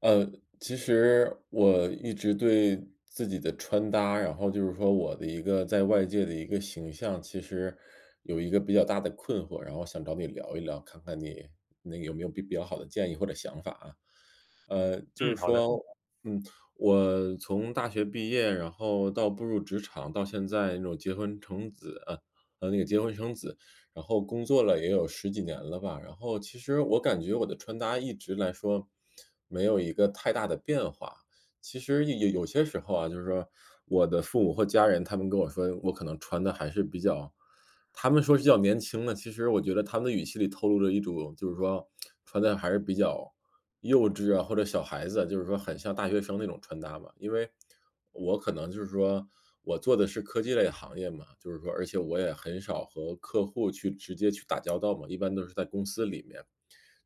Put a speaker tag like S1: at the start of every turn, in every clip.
S1: 呃，其实我一直对自己的穿搭，然后就是说我的一个在外界的一个形象，其实有一个比较大的困惑，然后想找你聊一聊，看看你那个有没有比较好的建议或者想法啊。呃，就是
S2: 嗯，好的，
S1: 说，嗯，我从大学毕业，然后到步入职场，到现在那种结婚生子，那个结婚生子，然后工作了也有十几年了吧。然后其实我感觉我的穿搭一直来说，没有一个太大的变化。其实有些时候啊，就是说我的父母或家人，他们跟我说我可能穿的还是比较他们说是叫年轻了，其实我觉得他们的语气里透露着一种就是说穿的还是比较幼稚啊，或者小孩子啊，就是说很像大学生那种穿搭嘛。因为我可能就是说我做的是科技类行业嘛，就是说而且我也很少和客户去直接去打交道嘛，一般都是在公司里面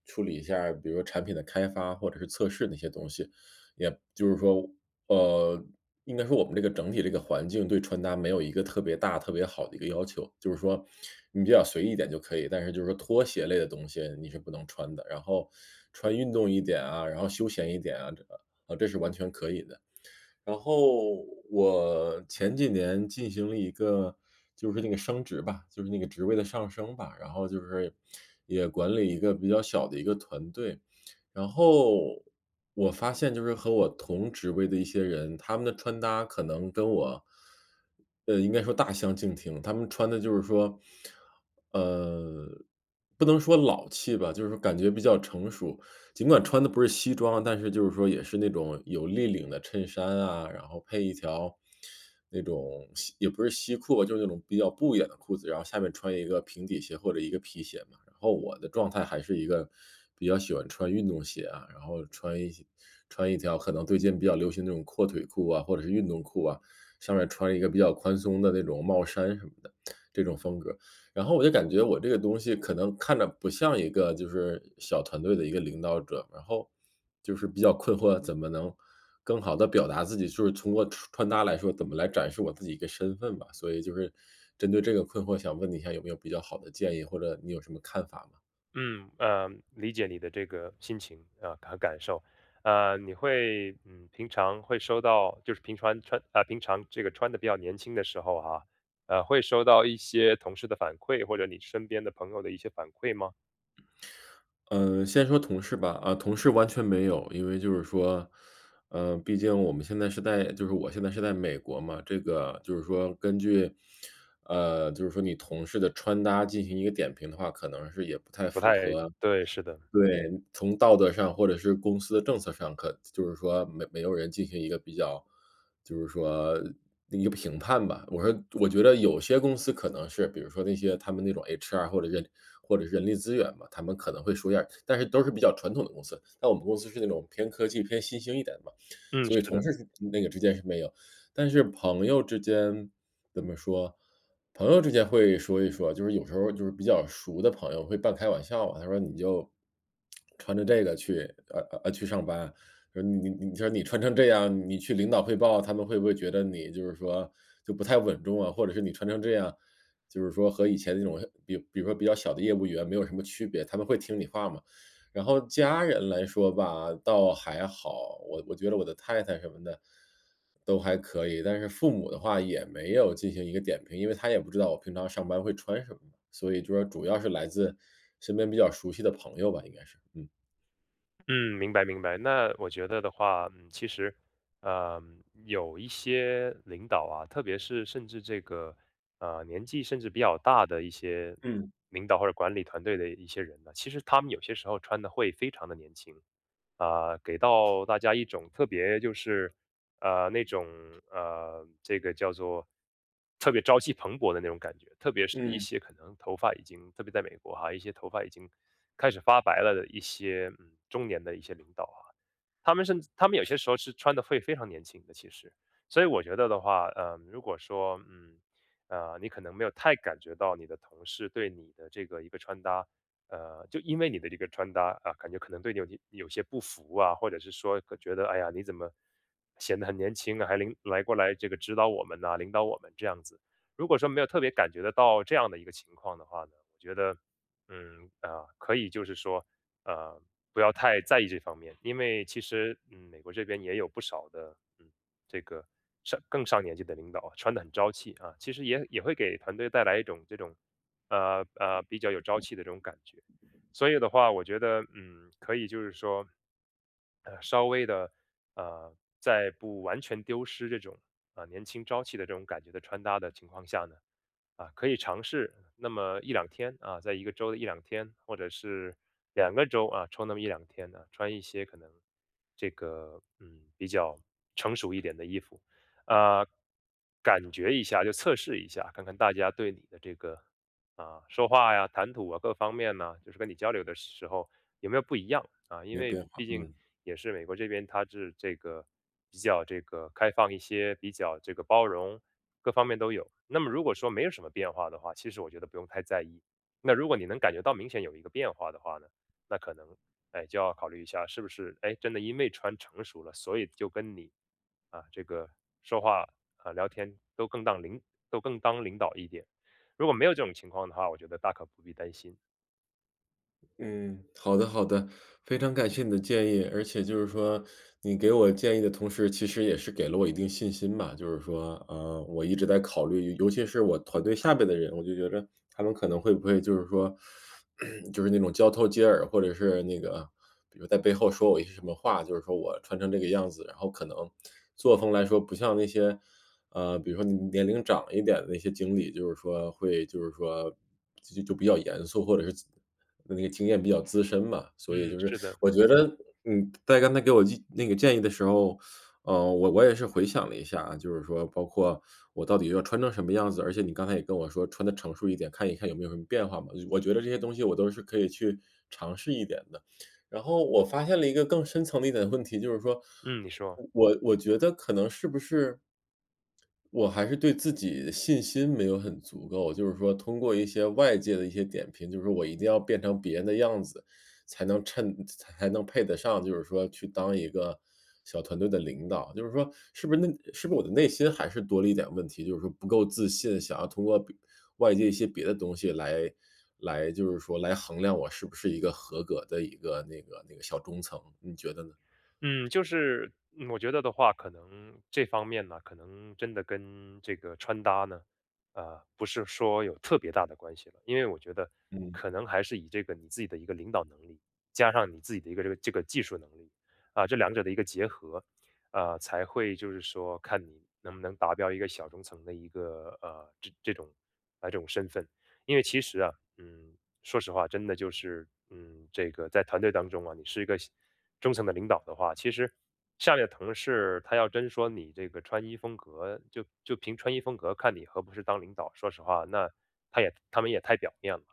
S1: 处理一下儿比如说产品的开发或者是测试那些东西，也就是说，呃，应该说我们这个整体这个环境对穿搭没有一个特别大、特别好的一个要求，就是说你比较随意一点就可以，但是就是说拖鞋类的东西你是不能穿的，然后穿运动一点啊，然后休闲一点啊，这是完全可以的。然后我前几年进行了一个就是那个升职吧，就是那个职位的上升吧，然后就是也管理一个比较小的一个团队。然后我发现就是和我同职位的一些人，他们的穿搭可能跟我，呃，应该说大相径庭。他们穿的就是说，呃，不能说老气吧，就是感觉比较成熟。尽管穿的不是西装，但是就是说也是那种有立领的衬衫啊，然后配一条那种西也不是西裤吧，就是那种比较不眼的裤子，然后下面穿一个平底鞋或者一个皮鞋嘛。然后我的状态还是一个比较喜欢穿运动鞋啊，然后穿一些穿一条可能最近比较流行那种阔腿裤啊，或者是运动裤啊，上面穿一个比较宽松的那种帽衫什么的，这种风格。然后我就感觉我这个东西可能看着不像一个就是小团队的一个领导者，然后就是比较困惑，怎么能更好的表达自己，就是通过穿搭来说，怎么来展示我自己一个身份吧。所以就是针对这个困惑，想问你一下有没有比较好的建议，或者你有什么看法吗？
S2: 嗯，呃，理解你的这个心情啊和感受，你会嗯，平常会收到，就是平常穿啊、平常这个穿的比较年轻的时候哈、会收到一些同事的反馈或者你身边的朋友的一些反馈吗？
S1: 嗯，先说同事吧，啊，同事完全没有，因为就是说，呃，毕竟我们现在是在，就是我现在是在美国嘛，这个就是说根据，呃，就是说你同事的穿搭进行一个点评的话，可能是也不太
S2: 不
S1: 符
S2: 太
S1: 合，
S2: 对，是的，
S1: 对，从道德上或者是公司的政策上，可就是说没有人进行一个比较，就是说一个评判吧。我说我觉得有些公司可能是，比如说那些他们那种 HR 或者人或者是人力资源嘛，他们可能会说一下，但是都是比较传统的公司。但我们公司是那种偏科技、偏新兴一点的嘛，
S2: 嗯，
S1: 所以
S2: 是
S1: 同
S2: 的。
S1: 事那个之间是没有。但是朋友之间怎么说，朋友之间会说一说，就是有时候就是比较熟的朋友会半开玩笑嘛，他说：“你就穿着这个去去上班。”说：“你说你穿成这样，你去领导汇报，他们会不会觉得你就是说就不太稳重啊？或者是你穿成这样，就是说和以前那种比如说比较小的业务员没有什么区别，他们会听你话吗？”然后家人来说吧，倒还好，我觉得我的太太什么的，都还可以，但是父母的话也没有进行一个点评，因为他也不知道我平常上班会穿什么嘛，所以就说主要是来自身边比较熟悉的朋友吧，应该是，嗯。
S2: 嗯，明白明白。那我觉得的话，其实，有一些领导啊，特别是甚至这个年纪甚至比较大的一些
S1: 嗯
S2: 领导或者管理团队的一些人呢，其实他们有些时候穿的会非常的年轻，给到大家一种特别就是，那种这个叫做特别朝气蓬勃的那种感觉。特别是一
S1: 嗯。
S2: 些可能头发已经特别在美国哈，一些头发已经开始发白了的一些，中年的一些领导啊，他们有些时候是穿的会非常年轻的，其实。所以我觉得的话，如果说，你可能没有太感觉到你的同事对你的这个一个穿搭，就因为你的这个穿搭啊，感觉可能对你有些不服啊，或者是说可觉得哎呀，你怎么显得很年轻啊，还领来过来这个指导我们呐、领导我们这样子。如果说没有特别感觉得到这样的一个情况的话呢，我觉得，可以就是说，呃，不要太在意这方面，因为其实美国这边也有不少的这个更上年纪的领导啊穿得很朝气啊，其实也会给团队带来一种这种比较有朝气的这种感觉。所以的话，我觉得，可以就是说，稍微的，呃，在不完全丢失这种年轻朝气的这种感觉的穿搭的情况下呢，可以尝试那么一两天啊，在一个周的一两天，或者是两个周啊，抽那么一两天呢、穿一些可能这个比较成熟一点的衣服，啊、感觉一下，就测试一下，看看大家对你的这个说话呀、谈吐啊各方面呢，就是跟你交流的时候有没有不一样啊？
S1: 没
S2: 因
S1: 有
S2: 为
S1: 变化，
S2: 毕竟
S1: 嗯。
S2: 也是美国这边，它是这个比较这个开放一些，比较这个包容，各方面都有。那么如果说没有什么变化的话，其实我觉得不用太在意。那如果你能感觉到明显有一个变化的话呢，那可能哎就要考虑一下，是不是哎真的因为穿成熟了，所以就跟你这个说话啊聊天都更当领导一点。如果没有这种情况的话，我觉得大可不必担心。
S1: 嗯，好的好的，非常感谢你的建议。而且就是说，你给我建议的同时，其实也是给了我一定信心吧。就是说，呃，我一直在考虑，尤其是我团队下边的人，我就觉着他们可能会不会就是说，就是那种交头接耳，或者是那个，比如在背后说我一些什么话，就是说我穿成这个样子，然后可能作风来说不像那些呃，比如说年龄长一点的那些经理，就是说会就是说就比较严肃，或者是那个经验比较资深嘛。所以
S2: 嗯。
S1: 就是
S2: 是的，
S1: 我觉得嗯，在刚才给我建那个建议的时候，呃，我也是回想了一下啊就是说包括我到底要穿成什么样子，而且你刚才也跟我说穿的成熟一点，看一看有没有什么变化嘛。我觉得这些东西我都是可以去尝试一点的。然后我发现了一个更深层的一点问题，就是说，
S2: 嗯，你说，
S1: 我觉得可能是不是我还是对自己的信心没有很足够，就是说通过一些外界的一些点评，就是说我一定要变成别人的样子，才能衬才能配得上，就是说去当一个小团队的领导。就是说，是不是那是不是我的内心还是多了一点问题，就是说不够自信，想要通过比外界一些别的东西来就是说来衡量我是不是一个合格的一个那个小中层，你觉得呢？
S2: 嗯，就是，我觉得的话，可能这方面呢，可能真的跟这个穿搭呢，不是说有特别大的关系了，因为我觉得
S1: 嗯
S2: 可能还是以这个你自己的一个领导能力，加上你自己的一个这个技术能力，这两者的一个结合，才会就是说看你能不能达标一个小中层的一个这种身份，因为其实啊，嗯。说实话，真的就是，这个在团队当中啊，你是一个中层的领导的话，其实下面的同事他要真说你这个穿衣风格，就凭穿衣风格看你合不合适当领导，说实话，那他们也太表面了。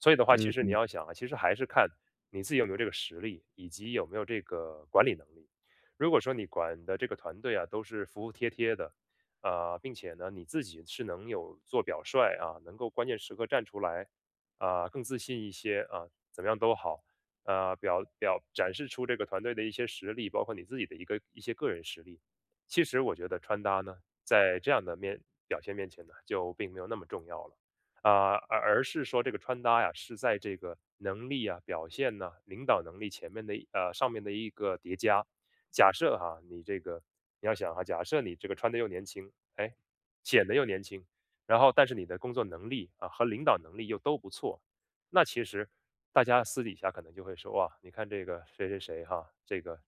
S2: 所以的话，其
S1: 嗯
S2: 实你
S1: 嗯
S2: 要想啊，其实还是看你自己有没有这个实力，以及有没有这个管理能力。如果说你管的这个团队啊都是服服帖帖的，并且呢你自己是能有做表率啊，能够关键时刻站出来，更自信一些啊、怎么样都好，展示出这个团队的一些实力，包括你自己的一些个人实力。其实我觉得穿搭呢，在这样的表现面前呢，就并没有那么重要了而是说这个穿搭呀，是在这个能力啊、表现呐、领导能力前面的上面的一个叠加。假设哈，你这个你要想哈，假设你这个穿的又年轻，哎，显得又年轻。然后但是你的工作能力啊和领导能力又都不错，那其实大家私底下可能就会说哇，你看这个谁谁谁哈，这个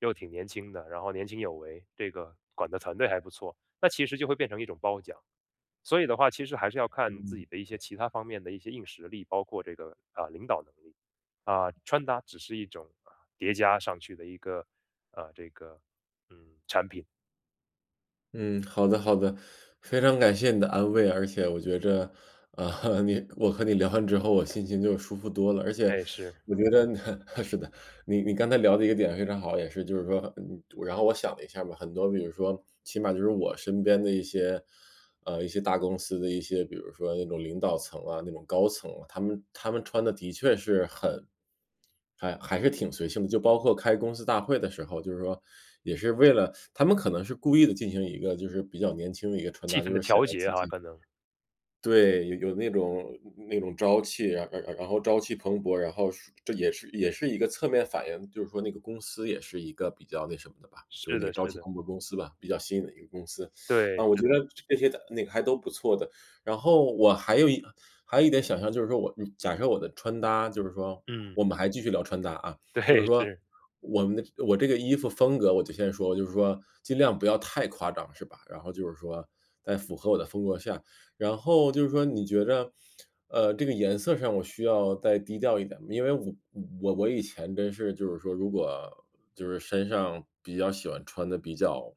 S2: 又挺年轻的，然后年轻有为，这个管的团队还不错，那其实就会变成一种褒奖。所以的话，其实还是要看自
S1: 嗯。
S2: 己的一些其他方面的一些硬实力，包括这个啊、领导能力啊、穿搭只是一种啊、叠加上去的一个啊、这个产品，
S1: 嗯，好的好的，非常感谢你的安慰，而且我觉着，啊，你我和你聊完之后，我心情就舒服多了，而且
S2: 哎是
S1: 我觉得 是的，你刚才聊的一个点非常好，也是就是说，嗯，然后我想了一下吧，很多比如说，起码就是我身边的一些呃，一些大公司的一些，比如说那种领导层啊，那种高层啊他们穿的的确是很还是挺随性的。就包括开公司大会的时候，就是说也是为了他们可能是故意的进行一个就是比较年轻的一个穿
S2: 气
S1: 搭，
S2: 氛
S1: 就
S2: 的
S1: 是显
S2: 调
S1: 得
S2: 节
S1: 自
S2: 哈、
S1: 己
S2: 可能
S1: 对，有那种那种朝气，然后朝气蓬勃，然后是这也是一个侧面反映，就是说那个公司也是一个比较那什么的吧，就是
S2: 是
S1: 那个
S2: 的
S1: 朝
S2: 是
S1: 气
S2: 的。
S1: 蓬勃公司吧，比较新的一个公司。
S2: 对，
S1: 啊，我
S2: 是
S1: 觉
S2: 的，
S1: 得这些的那个还都不错的。然后我还有一还有一点想象，就是说我嗯，假设我的穿搭就是说
S2: 嗯，
S1: 我们还继续聊穿搭啊，就是
S2: 对，
S1: 说
S2: 是，
S1: 我们的我这个衣服风格，我就先说，就是说尽量不要太夸张，是吧？然后就是说在符合我的风格下，然后就是说你觉着，呃，这个颜色上我需要再低调一点吗？因为我以前真是就是说，如果就是身上比较喜欢穿的比较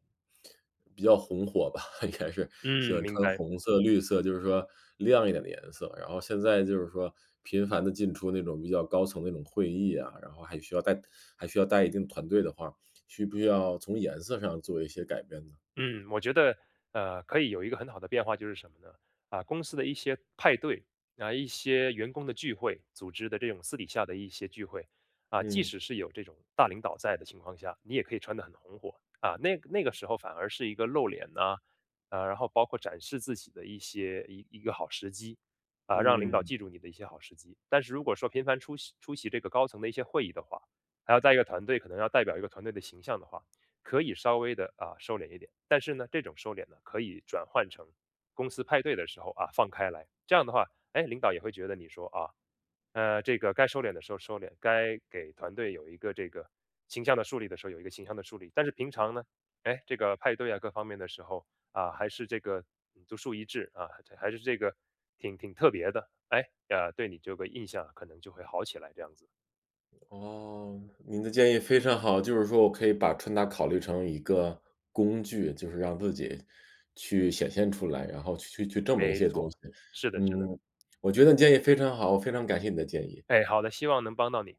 S1: 比较红火吧，应该是喜
S2: 嗯，
S1: 欢
S2: 明
S1: 穿
S2: 白。
S1: 红色、绿色，就是说亮一点的颜色。然后现在就是说频繁的进出那种比较高层那种会议啊，然后还需要带一定团队的话，需不需要从颜色上做一些改变呢？
S2: 嗯，我觉得可以有一个很好的变化，就是什么呢？公司的一些派对啊，一些员工的聚会，组织的这种私底下的一些聚会啊，即
S1: 嗯
S2: 使是有这种大领导在的情况下，你也可以穿得很红火啊。那个时候反而是一个露脸呐、然后包括展示自己的一些一一个好时机让领导
S1: 嗯。
S2: 记住你的一些好时机。但是如果说频繁出席这个高层的一些会议的话，还要带一个团队，可能要代表一个团队的形象的话。可以稍微的收敛一点，但是呢，这种收敛呢，可以转换成公司派对的时候啊放开来，这样的话，哎，领导也会觉得你说啊，这个该收敛的时候收敛，该给团队有一个这个形象的树立的时候有一个形象的树立，但是平常呢，哎，这个派对啊各方面的时候啊，还是这个独树一帜啊，还是这个挺特别的，哎，对你这个印象可能就会好起来，这样子，
S1: 哦，您的建议非常好，就是说我可以把穿搭考虑成一个工具，就是让自己去显现出来，然后去证明一
S2: 没
S1: 些东
S2: 错，
S1: 西。
S2: 是的，是
S1: 嗯，
S2: 的，
S1: 我觉得你建议非常好，我非常感谢你的建议。
S2: 哎，好的，希望能帮到你，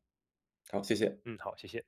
S1: 好，谢谢。
S2: 嗯，好，谢谢。